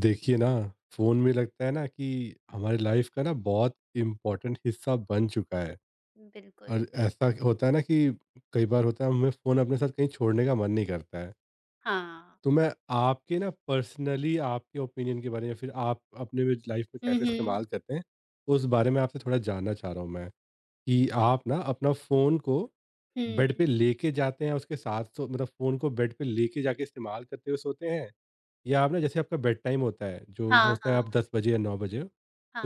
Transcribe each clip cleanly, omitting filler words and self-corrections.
देखिए ना, फोन में लगता है ना कि हमारी लाइफ का ना बहुत इम्पोर्टेंट हिस्सा बन चुका है। बिल्कुल। और ऐसा होता है ना कि कई बार होता है हमें फोन अपने साथ कहीं छोड़ने का मन नहीं करता है। हाँ। तो मैं आपके ना पर्सनली आपके ओपिनियन के बारे में या फिर आप अपने लाइफ में हुँ, कैसे हुँ। इस्तेमाल करते हैं उस बारे में आपसे थोड़ा जानना चाह रहा हूँ मैं, कि आप ना अपना फोन को बेड हुँ। पे लेके जाते हैं उसके साथ सो मतलब फोन को बेड पे लेके जाके इस्तेमाल करते हुए सोते हैं, या आप ना जैसे आपका बेड टाइम होता है जो हाँ, होता है हाँ। आप 10 बजे या 9 बजे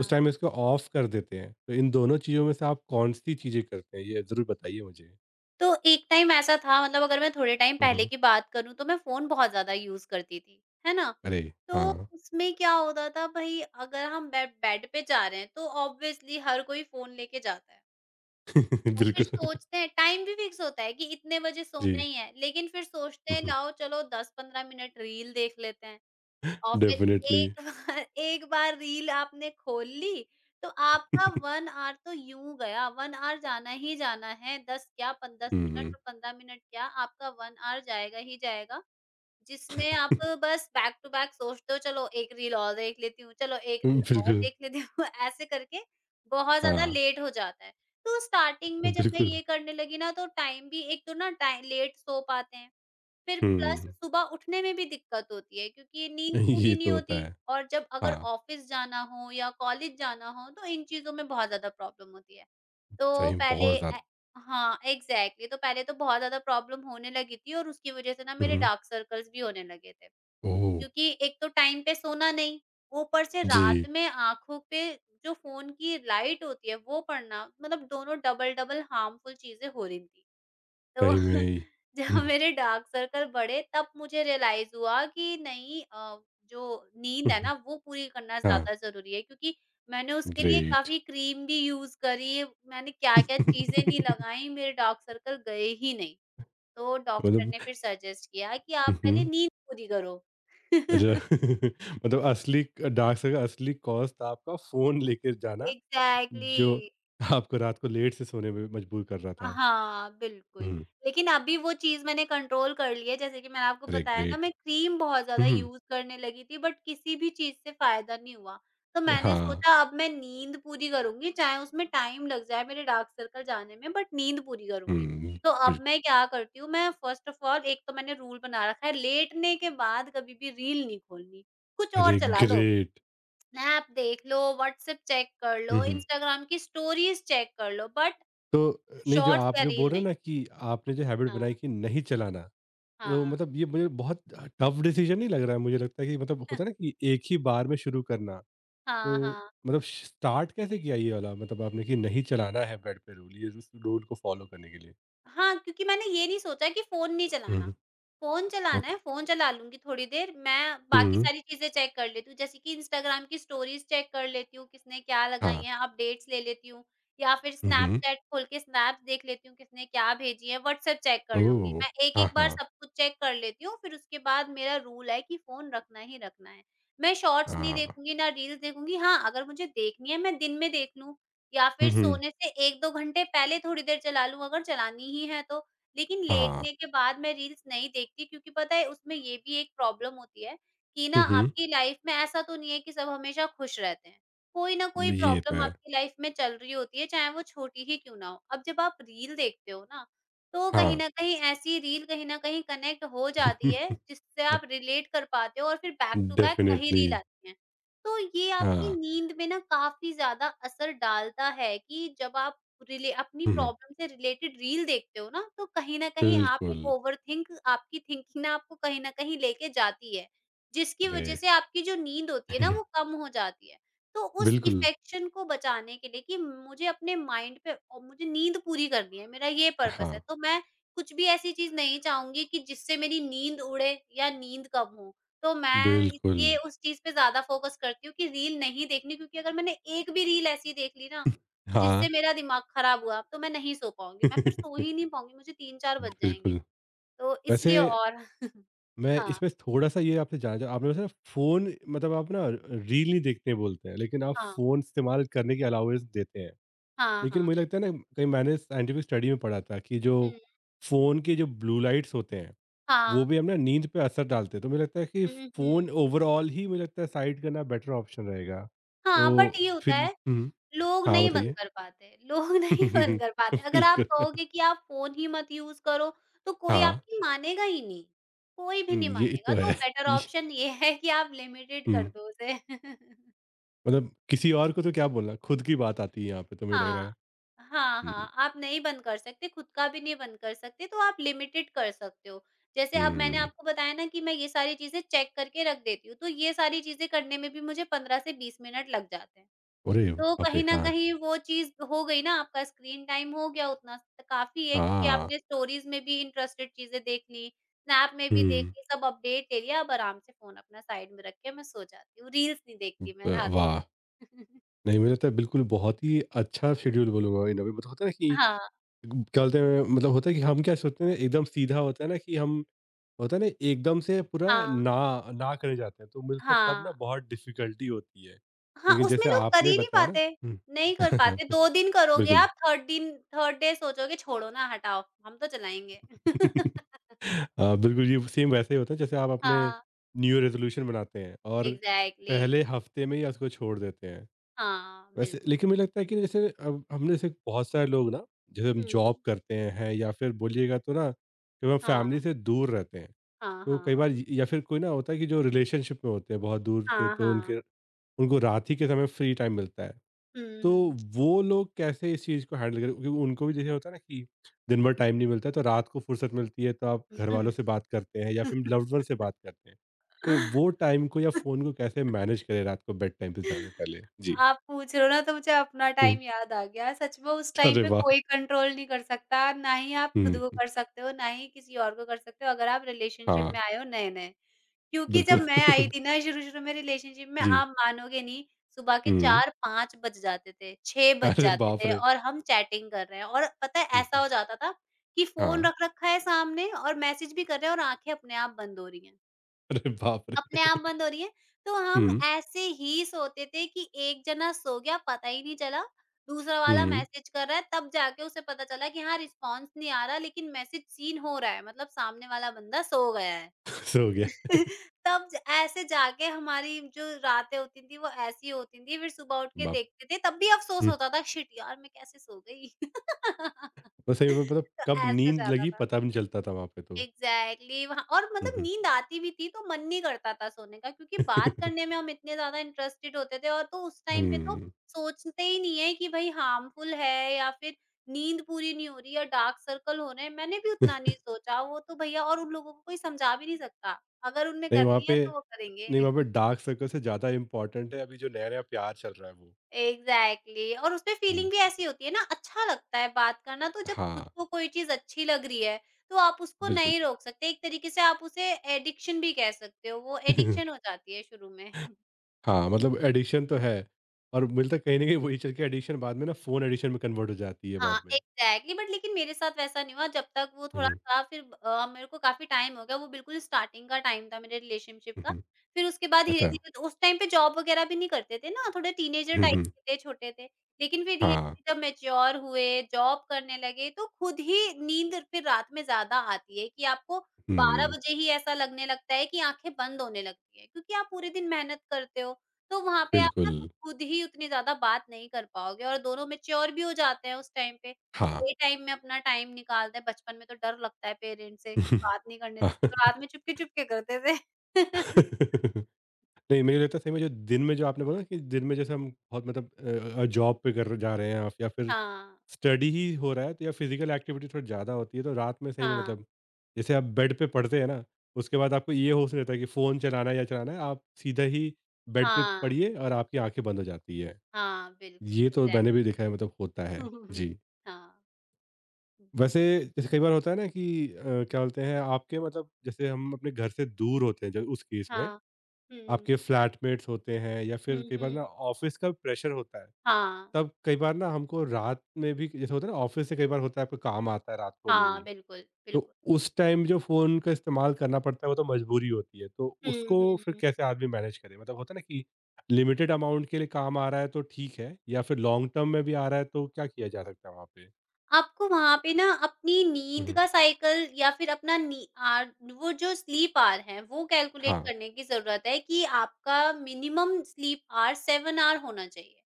उस टाइम में इसको ऑफ कर देते हैं। तो इन दोनों चीज़ों में से आप कौन सी चीज़ें करते हैं ये ज़रूर बताइए मुझे। तो एक टाइम ऐसा था, मतलब अगर मैं थोड़े टाइम पहले हुँ। की बात करूँ तो मैं फ़ोन बहुत ज़्यादा यूज़ करती थी, है ना? अरे, तो हाँ। उसमें क्या होता था भई, अगर हम बेड बेड पे जा रहे हैं तो ऑब्वियसली हर कोई फ़ोन लेके जाता है। और फिर बिल्कुल। सोचते हैं, टाइम भी फिक्स होता है कि इतने बजे सोना जी। ही है, लेकिन फिर सोचते हैं, हुँ, लाओ चलो 10-15 मिनट रील देख लेते हैं। और फिर डेफ़िनिटली। एक बार एक बार रील आपने खोल ली, तो आपका 1 आवर तो यूँ गया। 1 आवर जाना ही जाना है। 10 क्या पन 10 मिनट हुँ। और 15 मिनट क्या, आपका 1 आवर जाएगा ही जाएगा, जिसमें आप बस बैक टू बैक सोचते हो, चलो 1 रील और देख लेती हूँ, चलो 1 रील और बिल्कुल। देख लेती हूँ, ऐसे करके बहुत ज़्यादा हाँ, लेट हो जाता है। तो स्टार्टिंग में जब मैं बिल्कुल। ये करने लगी ना, तो टाइम भी, एक तो ना टाइ लेट सो पाते हैं, फिर प्लस हुँ, सुबह उठने में भी दिक्कत होती है क्योंकि ये नींद पूरी ये नहीं तो होता होती, है। और जब अगर हाँ, ऑफिस जाना हो या कॉलेज जाना हो तो इन चीज़ों में बहुत ज़्यादा प्रॉब्लम होती है। तो सही में पहले बहुत ए ज़्यादा। हाँ, एग्ज़ैक्टली। तो पहले तो बहुत ज़्यादा प्रॉब्लम होने लगी थी और उसकी वज़ह से ना मेरे हुँ, डार्क सर्कल्स भी होने लगे थे। ओह! क्योंकि एक तो टाइम पे सोना नहीं, ऊपर से जी, रात में आँखों पे जो फ़ोन की लाइट होती है वो पड़ना, मतलब दोनों डबल-डबल हार्मफुल चीज़ें हो रही थी। तो सही में। जब हुँ, मेरे डार्क सर्कल बढ़े, तब मुझे रियलाइज हुआ कि नहीं, जो नींद है हुँ, ना वो पूरी करना हाँ, ज़्यादा ज़रूरी है। क्योंकि मैंने उसके लिए ग्रेट। काफ़ी क्रीम भी यूज़ करी, मैंने क्या-क्या चीज़ें नहीं लगाई, मेरे डार्क सर्कल गए ही नहीं। तो डॉक्टर मतलब, ने फिर सजेस्ट किया कि आप हुँ, पहले हुँ। नींद पूरी करो। अच्छा। मतलब असली डार्क सर्कल, असली कॉज़ था आपका फ़ोन लेके जाना, एग्ज़ैक्टली। जो आपको रात को लेट से सोने में मजबूर कर रहा था। हाँ, बिल्कुल। हुँ, लेकिन अभी वो चीज़ मैंने कंट्रोल कर ली है। जैसे कि मैंने आपको अरे बताया ना, ग्रेट! मैं क्रीम बहुत ज़्यादा हुँ, हुँ। यूज़ करने लगी थी, बट किसी भी चीज़ से फ़ायदा नहीं हुआ। तो मैंने हाँ, सोचा अब मैं नींद पूरी करूँगी, चाहे उसमें टाइम लग जाए मेरे डार्क सर्कल जाने में, बट नींद पूरी करूँगी। हुँ, तो अब बिल मैं क्या करती हूँ, मैं फ़र्स्ट ऑफ ऑल, एक तो मैंने रूल बना रखा है लेटने के बाद कभी भी रील नहीं खोलनी। कुछ और अरे चला लो, ग्रेट! स्नैप देख लो, व्हाट्सएप चेक कर लो, हुँ, हुँ। इंस्टाग्राम की स्टोरीज़ चेक कर लो, बट तो नहीं, जो शॉर्ट्स आप या जो बोल रील रहे हो नहीं। ना कि आपने जो हैबिट हाँ, बनाई कि नहीं चलाना, तो हाँ। मतलब ये मुझे बहुत टफ डिसीज़न नहीं लग रहा है। मुझे लगता है कि मतलब होता है ना कि एक ही बार में शुरू करना। हाँ, तो हाँ। मतलब स्टार्ट कैसे किया ये वाला? मतलब आपने कि नहीं चलाना है बेड पे रूल, ये उस रूल को फ़ॉलो करने के लिए? हाँ, क्योंकि मैंने ये नहीं सोचा कि फ़ोन नहीं चलाना। हुँ, फ़ोन चलाना ओके। है, फ़ोन चला लूँगी थोड़ी देर, मैं बाकी हुँ, सारी चीज़ें चेक कर लेती हूँ, जैसे कि इंस्टाग्राम की स्टोरीज़ चेक कर लेती हूँ, किसने क्या लगाई हाँ। हैं, अपडेट्स ले लेती हूँ, या फिर हुँ, हुँ। स्नैपचैट खोल के स्नैप्स देख लेती हूँ, किसने क्या भेजी है, व्हाट्सएप चेक कर लूँगी। ओह! मैं हाँ, एक-एक बार हाँ, सब कुछ चेक कर लेती हूँ, फिर उसके बाद मेरा रूल है कि फ़ोन रखना ही रखना है। मैं शॉर्ट्स नहीं हाँ। देखूँगी, ना रील्स देखूँगी। हाँ, अगर मुझे देखनी है, मैं दिन में देख लूँ, या हुँ, फिर हुँ, सोने से 1-2 घंटे पहले थोड़ी देर चला लूँ, अगर चलानी ही है तो। लेकिन हाँ। लेटने के बाद मैं रील्स नहीं देखती, क्योंकि पता है उसमें ये भी एक प्रॉब्लम होती है कि ना, हुँ, हुँ। आपकी लाइफ में ऐसा तो नहीं है कि सब हमेशा खुश रहते हैं। कोई ना कोई ये तो प्रॉब्लम है। आपकी लाइफ में चल रही होती है, चाहे वो छोटी ही क्यों ना हो। अब जब आप रील देखते हो ना, तो कहीं हाँ। न कहीं ऐसी रील कहीं न कहीं कनेक्ट हो जाती है जिससे आप रिलेट कर पाते हो, और फिर बैक टू बैक वही डेफ़िनिटली। रील आती है। तो ये आपकी हाँ। नींद में ना काफ़ी ज़्यादा असर डालता है कि जब आप रिले अपनी हुँ, हुँ। प्रॉब्लम से रिलेटेड रील देखते हो ना, तो कहीं न कहीं आप बिल्कुल। एक ओवरथिंक, आपकी थिंकिंग ना आपको कहीं न कहीं लेके जाती है, जिसकी अरे! वज़ह से आपकी जो नींद होती है ना वो कम हो जाती है। तो उस बिल्कुल। इफ़ेक्शन को बचाने के लिए कि मुझे अपने माइंड पे, और मुझे नींद पूरी करनी है, मेरा ये पर्पस हाँ, है, तो मैं कुछ भी ऐसी चीज़ नहीं चाहूँगी कि जिससे मेरी नींद उड़े या नींद कम हो। तो मैं बिल्कुल। इसलिए उस चीज़ पे ज़्यादा फ़ोकस करती हूँ कि रील नहीं देखनी, क्योंकि अगर मैंने एक भी रील ऐसी देख ली ना, हाँ। जिससे मेरा दिमाग खराब हुआ, तो मैं नहीं सो पाऊँगी, मैं फिर सो ही नहीं पाऊँगी, मुझे 3-4 बज जाएँगे। बिल्कुल। तो वैसे इसलिए। और मैं हाँ, इसमें थोड़ा सा ये आपसे जानना चाह, आपने वैसे ना फ़ोन मतलब आप ना रील नहीं देखते बोलते हैं, लेकिन आप हाँ, फ़ोन इस्तेमाल करने की अलाउएंस देते हैं। हाँ। लेकिन हाँ, मुझे बिल्कुल। लगता है ना, कहीं मैंने साइंटिफ़िक स्टडी में पढ़ा था कि जो हुँ। फ़ोन के जो ब्लू लाइट्स होते हैं, वो हाँ। भी हम ना नींद पे असर डालते हैं। तो मुझे लगता है कि हुँ, फ़ोन हुँ। ओवरऑल ही, मुझे लगता है, साइड करना बेटर ऑप्शन रहेगा। हाँ, बट तो ये होता फिर भी है, हुँ, लोग हाँ नहीं बंद बताइए? कर पाते, लोग नहीं बंद कर पाते। अगर आप बिल्कुल। कहोगे कि आप फ़ोन ही मत यूज़ करो, तो कोई हाँ, आपकी मानेगा ही नहीं, कोई भी हुँ, नहीं ये मानेगा। तो तो है। बेटर इ ऑप्शन ये है कि आप लिमिटेड कर हुँ। दो उसे। मतलब किसी और को तो क्या बोलना, खुद की बात आती है यहाँ पे तो मुझे लग रहा हाँ। है। हाँ, हुँ, हाँ, आप नहीं बंद कर सकते, खुद का भी नहीं बंद कर सकते, तो आप लिमिटेड कर सकते हो। जैसे अब मैंने हुँ। आपको बताया ना, कि मैं ये सारी चीज़ें चेक करके रख देती हूँ, तो ये सारी चीज़ें करने में भी मुझे 15 से 20 मिनट लग जाते हैं। अरे तो बाप रे! कहीं न हाँ, कहीं वो चीज़ हो गई ना, आपका स्क्रीन टाइम हो गया उतना त काफ़ी है, क्योंकि हाँ। आपने स्टोरीज़ में भी इंटरेस्टेड चीज़ें देख ली, स्नैप में भी देख हुँ। ली, सब अपडेट ले लिया, अब आराम से फ़ोन अपना साइड में रख के मैं सो जाती हूँ, रील्स नहीं देखती मैं ब रात में। वाह! नहीं, मुझे लगता है बिल्कुल बहुत ही अच्छा शेड्यूल बोलूँगा इन अ वे, मतलब होता है ना कि हाँ, क्या बोलते हैं, मतलब होता है कि हम क्या सोचते हैं एकदम सीधा होता है ना कि हम, होता है ना एकदम से पूरा हाँ, ना ना करे जाते हैं, तो मुझे लगता है तब ना हाँ। बहुत डिफ़िकल्टी होती है। हाँ, लेकिन उसमें जैसे लोग कर आपने ही नहीं बताया ना, पाते, नहीं हुँ। कर पाते, 2 दिन करोगे बिल्कुल। आप, थर्ड डे सोचोगे छोड़ो ना हटाओ, हम तो चलाएँगे। बिल्कुल, ये सेम वैसे ही होता है जैसे आप अपने हाँ, न्यू ईयर रेज़ोल्यूशन बनाते हैं और एग्ज़ैक्टली। पहले हफ़्ते में ही उसको छोड़ देते हैं। हाँ, वैसे बिल्कुल। लेकिन मुझे लगता है कि जैसे अब हमने, जैसे बहुत सारे लोग ना, जैसे हम हुँ। जॉब करते हैं या फिर बोलिएगा तो ना, जब हम फैमिली हाँ। से दूर रहते हैं, हाँ, तो कई हाँ। बार य या फिर कोई ना होता है कि जो रिलेशनशिप में होते हैं बहुत दूर से, हाँ, तो हाँ। उनके उनको रात ही के समय फ्री टाइम मिलता है। तो हुँ, वो लोग कैसे इस चीज़ को हैंडल करें? क्योंकि उनको भी जैसे होता है ना कि दिन भर टाइम नहीं मिलता है, तो रात को फुर्सत मिलती है, तो आप घरवालों हुँ। से बात करते हैं या फिर लव्ड वन से बात करते हैं। तो वो टाइम को या फ़ोन को कैसे मैनेज करें रात को बेड टाइम पे जाने से पहले? जी। आप पूछ रहे हो ना, तो मुझे अपना हुँ। टाइम याद आ गया। सच में उस टाइम अरे पे वाह! कोई कंट्रोल नहीं कर सकता, ना ही आप खुद हुँ, को हुँ। कर सकते हो, ना ही किसी और को कर सकते हो, अगर आप रिलेशनशिप हाँ, में आए हो नए-नए। क्योंकि जब बिल्कुल। मैं आई थी ना शुरू-शुरू में रिलेशनशिप में, जी। आप मानोगे नहीं, सुबह के हुँ। 4-5 बज जाते थे, 6 बज अरे जाते बाप थे, रे! और हम चैटिंग कर रहे हैं, और पता है हुँ, ऐसा हुँ। हो जाता था कि फ़ोन हाँ। रख रखा है सामने और मैसेज भी कर रहे हैं और आँखें अपने आप बंद हो रही हैं। अरे बाप रे! अपने आप बंद हो रही है। तो हम हुँ, ऐसे ही सोते थे कि एक जना सो गया, पता ही नहीं चला। दूसरा वाला हुँ। मैसेज कर रहा है, तब जाके उसे पता चला कि हाँ, रिस्पॉन्स नहीं आ रहा, लेकिन मैसेज सीन हो रहा है, मतलब सामने वाला बंदा सो गया है। सो गया। तब ज ऐसे जाके हमारी जो रातें होती थी, वो ऐसी होती थी। फिर सुबह उठ के बाप देखते थे, तब भी अफ़सोस हुँ। होता था, शिट यार! मैं कैसे सो गई? और सही में मतलब तो कब ऐसा नींद जाता लगी था। पता भी नहीं चलता था वहाँ पे तो। एग्ज़ैक्टली। वहाँ और, हुँ, मतलब, हुँ। नींद आती भी थी, तो मन नहीं करता था सोने का, क्योंकि बात करने में हम इतने ज़्यादा इंटरेस्टेड होते थे, और तो उस टाइम पे तो हुँ। सोचते ही नहीं है कि भई हार्मफुल है या फिर नींद पूरी नहीं हो रही या डार्क सर्कल हो रहे हैं। मैंने भी उतना नहीं सोचा। वो तो भैया, और उन लोगों को कोई समझा भी नहीं सकता, अगर उनने नहीं वहाँ करनी है पे, तो वो नहीं करेंगे। वहाँ पे डार्क सर्कल से ज़्यादा इम्पोर्टेंट है अभी जो नया-नया प्यार चल रहा है वो। एग्ज़ैक्टली। और उसमें हुँ, फ़ीलिंग भी ऐसी होती है ना, अच्छा लगता है बात करना, तो जब हाँ, खुद को कोई चीज़ अच्छी लग रही है, तो आप उसको बिल्कुल। नहीं रोक सकते। एक तरीके से आप उसे एडिक्शन भी कह सकते हो, वो एडिक्शन हो जाती है शुरू में। हाँ, मतलब एडिक्शन तो है, और मिलता है कहीं न कहीं वही चल के एडिक्शन बाद में ना फ़ोन एडिक्शन में कन्वर्ट हो जाती है हाँ, बाद में। एग्ज़ैक्टली। बट लेकिन मेरे साथ वैसा नहीं हुआ, जब तक वो हुँ, हुँ, थोड़ा-सा फिर, मेरे को काफ़ी टाइम हो गया, वो बिल्कुल स्टार्टिंग का टाइम था मेरे रिलेशनशिप हुँ, का। हुँ। फिर उसके बाद अच्छा। धीरे-धीरे, तो उस टाइम पे जॉब वगैरह भी नहीं करते थे ना, थोड़े टीनेजर हुँ, टाइप हुँ। के थे, छोटे थे। लेकिन फिर हाँ। धीरे-धीरे जब मैच्योर हुए, जॉब करने लगे, तो खुद ही नींद फिर रात में ज़्यादा आती है, कि आपको 12 हुँ, बजे ही ऐसा लगने लगता है कि आँखें बंद होने लगती हैं, क्योंकि आप पूरे दिन मेहनत करते हो। तो वहाँ पे आप ना बिल्कुल। खुद ही उतनी ज़्यादा बात नहीं कर पाओगे, और दोनों मैच्योर भी हो जाते हैं उस टाइम पे। हाँ। डे टाइम में अपना टाइम निकालते हैं। बचपन में तो डर लगता है पेरेंट्स से, बात नहीं करने हाँ। देंगे, तो रात में चुपके-चुपके करते थे। नहीं, मुझे लगता है सही में जो दिन में जो आपने बोला कि दिन में जैसे हम बहुत मतलब जॉब पे कर जा रहे हैं आप या फिर हाँ, स्टडी ही हो रहा है तो, या फिजिकल एक्टिविटी थोड़ी ज़्यादा होती है तो रात में सही में हाँ, मतलब जैसे आप बेड पे पड़ते हैं ना उसके बाद आपको ये होश नहीं रहता कि फ़ोन चलाना है या चलाना है, आप सीधा ही बेड पे हाँ। पड़िए और आपकी आंखें बंद हो जाती है। हाँ, बिल्कुल, ये तो एग्ज़ैक्ट मैंने भी देखा है मतलब होता है। जी। हाँ। हुँ। वैसे जैसे कई बार होता है ना कि अ, क्या बोलते हैं आपके, मतलब जैसे हम अपने घर से दूर होते हैं जो उस केस में हाँ। हुँ, आपके फ्लैटमेट्स होते हैं या फिर हुँ, कई बार हुँ। ना ऑफिस का प्रेशर होता है, हाँ, तब कई बार ना हमको रात में भी जैसे होता है ना ऑफिस से कई बार होता है आपको काम आता है रात को में हाँ, भी। बिल्कुल, तो बिल्कुल। उस टाइम जो फ़ोन का इस्तेमाल करना पड़ता है वो तो मजबूरी होती है, तो हुँ, उसको फिर हुँ। कैसे आदमी मैनेज करे? मतलब होता है ना कि लिमिटेड अमाउंट के लिए काम आ रहा है तो ठीक है, या फिर लॉन्ग टर्म में भी आ रहा है तो क्या किया जा सकता है वहाँ पे? आपको वहाँ पे ना अपनी हुँ, नींद हुँ। का साइकिल, या फिर अपना नी आर वो जो स्लीप आवर है, वो कैलकुलेट हाँ, करने की ज़रूरत है कि आपका मिनिमम स्लीप आवर 7 आवर होना चाहिए।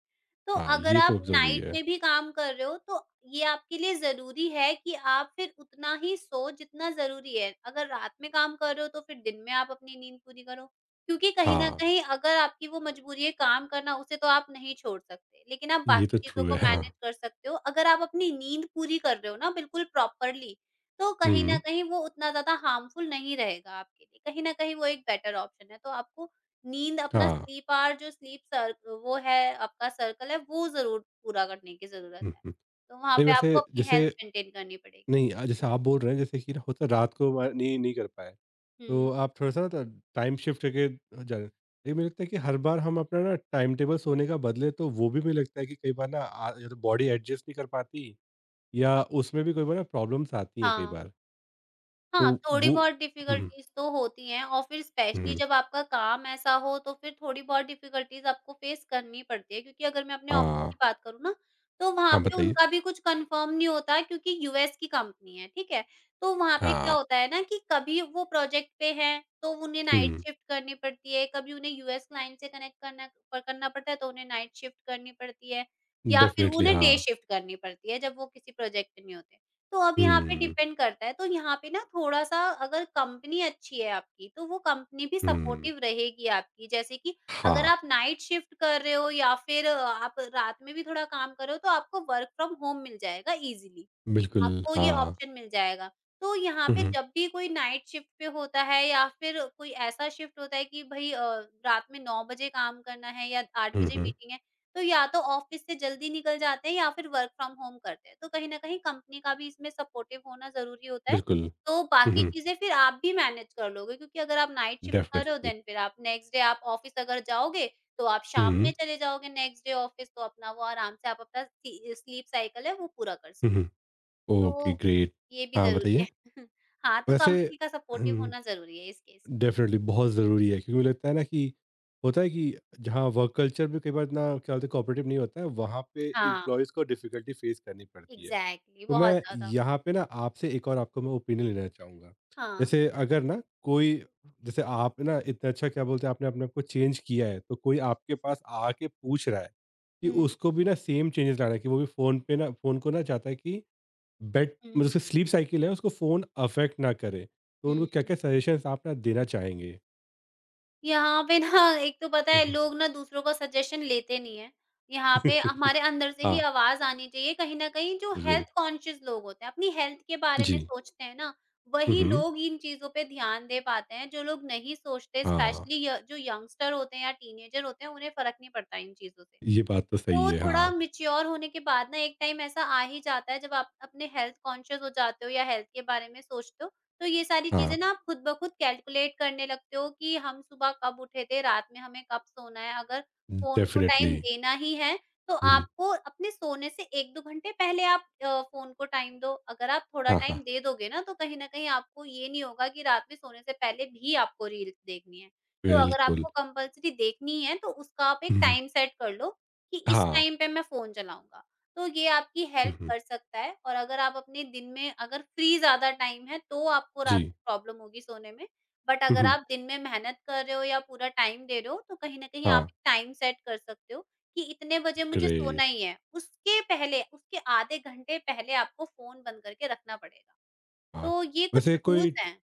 तो हाँ, अगर ये तो आप ज़रूरी नाइट है। में भी काम कर रहे हो, तो ये आपके लिए ज़रूरी है कि आप फिर उतना ही सोओ जितना ज़रूरी है। अगर रात में काम कर रहे हो, तो फिर दिन में आप अपनी नींद पूरी करो। क्योंकि कहीं न हाँ, कहीं अगर आपकी वो मजबूरी है काम करना, उसे तो आप नहीं छोड़ सकते, लेकिन आप ये तो बाकी चीज़ों ट्रू है, को हाँ। मैनेज कर सकते हो। अगर आप अपनी नींद पूरी कर रहे हो ना बिल्कुल प्रॉपरली, तो कहीं न हुँ, कहीं वो उतना ज़्यादा हार्मफुल नहीं रहेगा आपके लिए। कहीं न कहीं वो एक बेटर ऑप्शन है। तो आपको नींद अपना हाँ। स्लीप आवर जो स्लीप सर वो है, आपका सर्कल है, वो ज़रूर पूरा करने की ज़रूरत हुँ, है। हुँ। तो वहाँ नहीं पे वैसे आपको अपनी जैसे, हेल्थ मेंटेन करनी पड़ेगी। नहीं जैसे आप बोल रहे हैं, जैसे कि ना होता है रात को व नहीं नहीं कर पाए। तो हुँ। आप थोड़ा-सा ना टाइम शिफ्ट करके जाना, देखिए मुझे लगता है कि हर बार हम अपना ना टाइम टेबल सोने का बदले तो वो भी मुझे लगता है कि कई बार ना आ या तो बॉडी एडजस्ट नहीं कर पाती, या उसमें भी कई बार ना प्रॉब्लम्स आती हैं कई हाँ। बार। तो हाँ, थोड़ी वो बहुत हुँ, डिफ़िकल्टीज़ तो होती हैं, और फिर स्पेशली हुँ, जब आपका काम ऐसा हो, तो फिर थोड़ी बहुत डिफ़िकल्टीज़ आपको फ़ेस करनी पड़ती है, क्योंकि अगर मैं अपने ऑफ़िस हाँ। की बात करूँ ना, तो वहाँ हाँ, पे बताइए? उनका भी कुछ कन्फ़र्म नहीं होता है, क्योंकि यूएस की कंपनी है, ठीक है? तो वहाँ पे क्या हाँ। होता है ना, कि कभी वो प्रोजेक्ट पे हैं, तो उन्हें नाइट हुँ, शिफ्ट करनी पड़ती है, कभी उन्हें यूएस क्लाइंट से कनेक्ट करना पड़ता है, तो उन्हें नाइट शिफ्ट करनी पड़ती है, या फिर डेफ़िनिटली उन्हें डे हाँ। शिफ्ट करनी पड़ती है जब वो किसी प्रोजेक्ट पे नहीं होते। तो अब यहाँ पे हुँ, डिपेंड करता है, तो यहाँ पे ना थोड़ा-सा, अगर कंपनी अच्छी है आपकी, तो वो कंपनी भी हुँ, सपोर्टिव रहेगी आपकी। जैसे कि अगर हाँ, आप नाइट शिफ्ट कर रहे हो या फिर आप रात में भी थोड़ा काम कर रहे हो, तो आपको वर्क फ्रॉम होम मिल जाएगा ईज़िली। बिल्कुल आपको ये हाँ। ऑप्शन मिल जाएगा। तो यहाँ हुँ, पे हुँ, जब भी कोई नाइट शिफ्ट पे होता है, या फिर कोई ऐसा शिफ्ट होता है कि भई रात में 9 बजे काम करना है या 8 हुँ, बजे हुँ, मीटिंग है, तो या तो ऑफ़िस से जल्दी निकल जाते हैं, या फिर वर्क फ्रॉम होम करते हैं। तो कहीं न कहीं कंपनी का भी इसमें सपोर्टिव होना ज़रूरी होता है। बिल्कुल। तो हुँ, बाकी हुँ, चीज़ें फिर आप भी मैनेज कर लोगे, क्योंकि अगर आप नाइट शिफ्ट कर रहे हो, डेफ़िनिटली। देन फिर आप नेक्स्ट डे आप ऑफ़िस अगर जाओगे, तो आप हुँ, शाम हुँ, में चले जाओगे, नेक्स्ट डे ऑफ़िस, तो अपना वो आराम से आप अपना सी स्लीप साइकिल है वो पूरा कर हुँ, सकते। हुँ, ओके तो ग्रेट। ये भी हाँ, ज़रूरी बताइए? है। हाँ, तो वैसे कंपनी का सपोर्टिव होना ज़रूरी है इस केस में। डेफिनेटली बहुत ज़रूरी है क्योंकि मुझे लगता है ना कि होता है कि जहाँ वर्क कल्चर में कई बार इतना क्या बोलते हैं कोऑपरेटिव नहीं होता है वहाँ पे हाँ, एम्प्लॉयज़ को डिफ़िकल्टी फेस करनी पड़ती है। एग्ज़ैक्टली तो बहुत मैं ज़्यादा। यहाँ पे ना आपसे एक और आपको मैं ओपिनियन लेना चाहूँगा, हाँ। जैसे अगर ना कोई, जैसे आप ना इतना अच्छा क्या बोलते हैं, आपने अपने आप को चेंज किया है, तो कोई आपके पास आके पूछ रहा है कि हुँ, उसको हुँ, भी ना सेम चेंजेस लाना है कि वो भी फ़ोन पे ना फ़ोन को ना चाहता है कि बेड, हुँ, मतलब हुँ, उसकी स्लीप साइकिल है उसको फ़ोन अफेक्ट ना करे, तो उनको हुँ, हुँ। क्या-क्या सजेशंस आप ना देना चाहेंगे? यहाँ पे ना एक तो पता हुँ, है, हुँ। लोग ना दूसरों का सजेशन लेते नहीं हैं। यहाँ पे हमारे अंदर से ही हाँ, आवाज़ आनी चाहिए, कहीं न कहीं जो बिल्कुल। हेल्थ कॉन्शियस लोग होते हैं, अपनी हेल्थ के बारे जी। में सोचते हैं ना, हुँ, वही हुँ। लोग इन चीज़ों पे ध्यान दे पाते हैं। जो लोग नहीं सोचते, हाँ, स्पेशली य जो यंगस्टर होते हैं या टीनेजर होते हैं, उन्हें फ़र्क नहीं पड़ता इन चीज़ों से। ये बात तो सही तो है। थोड़ा हाँ, मैच्योर होने के बाद ना एक टाइम ऐसा आ ही जाता है, जब आप अपने हेल्थ कॉन्शियस हो जाते हो या हेल्थ के बारे में सोचते हो, तो ये सारी हाँ, चीज़ें ना आप खुद ब खुद कैलकुलेट करने लगते हो कि हम सुबह कब उठे थे, रात में हमें कब सोना है। अगर फ़ोन को डेफ़िनिटली। टाइम देना ही है, तो हुँ, आपको अपने सोने से 1-2 घंटे पहले आप फ़ोन को टाइम दो। अगर आप थोड़ा हाँ, हाँ, टाइम दे दोगे ना, तो कहीं न कहीं आपको ये नहीं होगा कि रात में सोने से पहले भी आपको रील्स देखनी है। तो अगर बिल्कुल। आपको कंपल्सरी देखनी है, तो उसका आप एक हुँ, हुँ, टाइम सेट कर लो, कि इस हाँ। टाइम पे मैं फ़ोन चलाऊँगा। तो ये आपकी हुँ, हेल्प हुँ, कर सकता है, और अगर आप अपने दिन में अगर फ्री ज़्यादा टाइम है, तो आपको रात जी। में प्रॉब्लम होगी सोने में। बट हुँ, अगर हुँ, आप दिन में मेहनत कर रहे हो या पूरा टाइम दे रहे हो, तो कहीं न कहीं आप हाँ, टाइम सेट कर सकते हो कि इतने बजे मुझे ग्रेट। सोना ही है। उसके पहले, उसके आधे घंटे पहले आपको फ़ोन बंद करके रखना पड़ेगा। हाँ, तो ये कुछ वैसे कोई रूल्स हैं। टू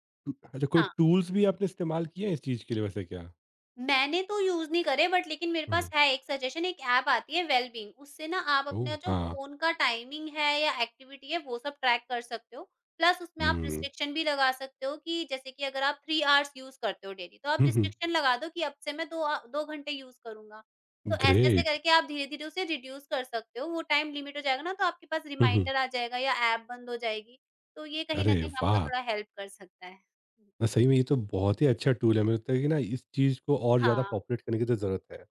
अच्छा, कोई हाँ। टूल्स भी आपने इस्तेमाल किए हैं इस चीज़ के लिए वैसे क्या? मैंने तो यूज़ नहीं करे, बट लेकिन मेरे हुँ, पास हुँ, है एक सजेशन, एक ऐप आती है वेलबींग, उससे ना आप अपना ओह! जो हाँ। फ़ोन का टाइमिंग है या एक्टिविटी है, वो सब ट्रैक कर सकते हो। प्लस उसमें आप हुँ, रिस्ट्रिक्शन भी लगा सकते हो कि, जैसे कि अगर आप 3 आवर्स यूज़ करते हो डेली, तो आप हुँ, हुँ, रिस्ट्रिक्शन लगा दो कि अब से मैं 2 घंटे यूज़ करूँगा। तो ऐसे-ऐसे ग्रेट। करके आप धीरे-धीरे उसे रिड्यूस कर सकते हो। वो टाइम लिमिट हो जाएगा ना, तो आपके पास हुँ, हुँ, रिमाइंडर आ जाएगा या ऐप बंद हो जाएगी। तो ये कहीं अरे न कहीं आपको वाह! थोड़ा हेल्प कर सकता है। ना सही में ये तो बहुत ही अच्छा टूल है, मुझे लगता है कि ना इस चीज़ को और ज़्यादा हाँ, पॉपुलेट करने की तो ज़रूरत है।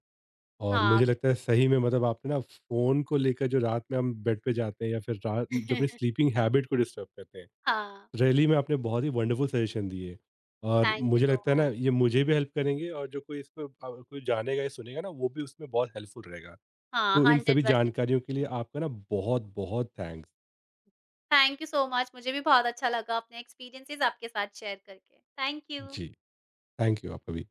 और हाँ, मुझे लगता है बिल्कुल। सही में मतलब आपने ना फ़ोन को लेकर जो रात में हम बेड पे जाते हैं या फिर रात जो अपनी स्लीपिंग हैबिट को डिस्टर्ब करते हैं, हाँ। रियली में आपने बहुत ही वंडरफुल सजेशन दिए। और थैंक यू मुझे सो लगता है ना मच। ये मुझे भी हेल्प करेंगे और जो कोई इसको कोई जानेगा या सुनेगा ना वो भी उसमें बहुत हेल्पफुल रहेगा। हाँ, तो इन सभी 100%। जानकारियों के लिए आपका ना बहुत-बहुत thanks. Thank you so much, मुझे भी बहुत अच्छा लगा अपने एक्सपीरियंसेस आपके साथ शेयर करके। Thank you. जी, थैंक यू आपका भी।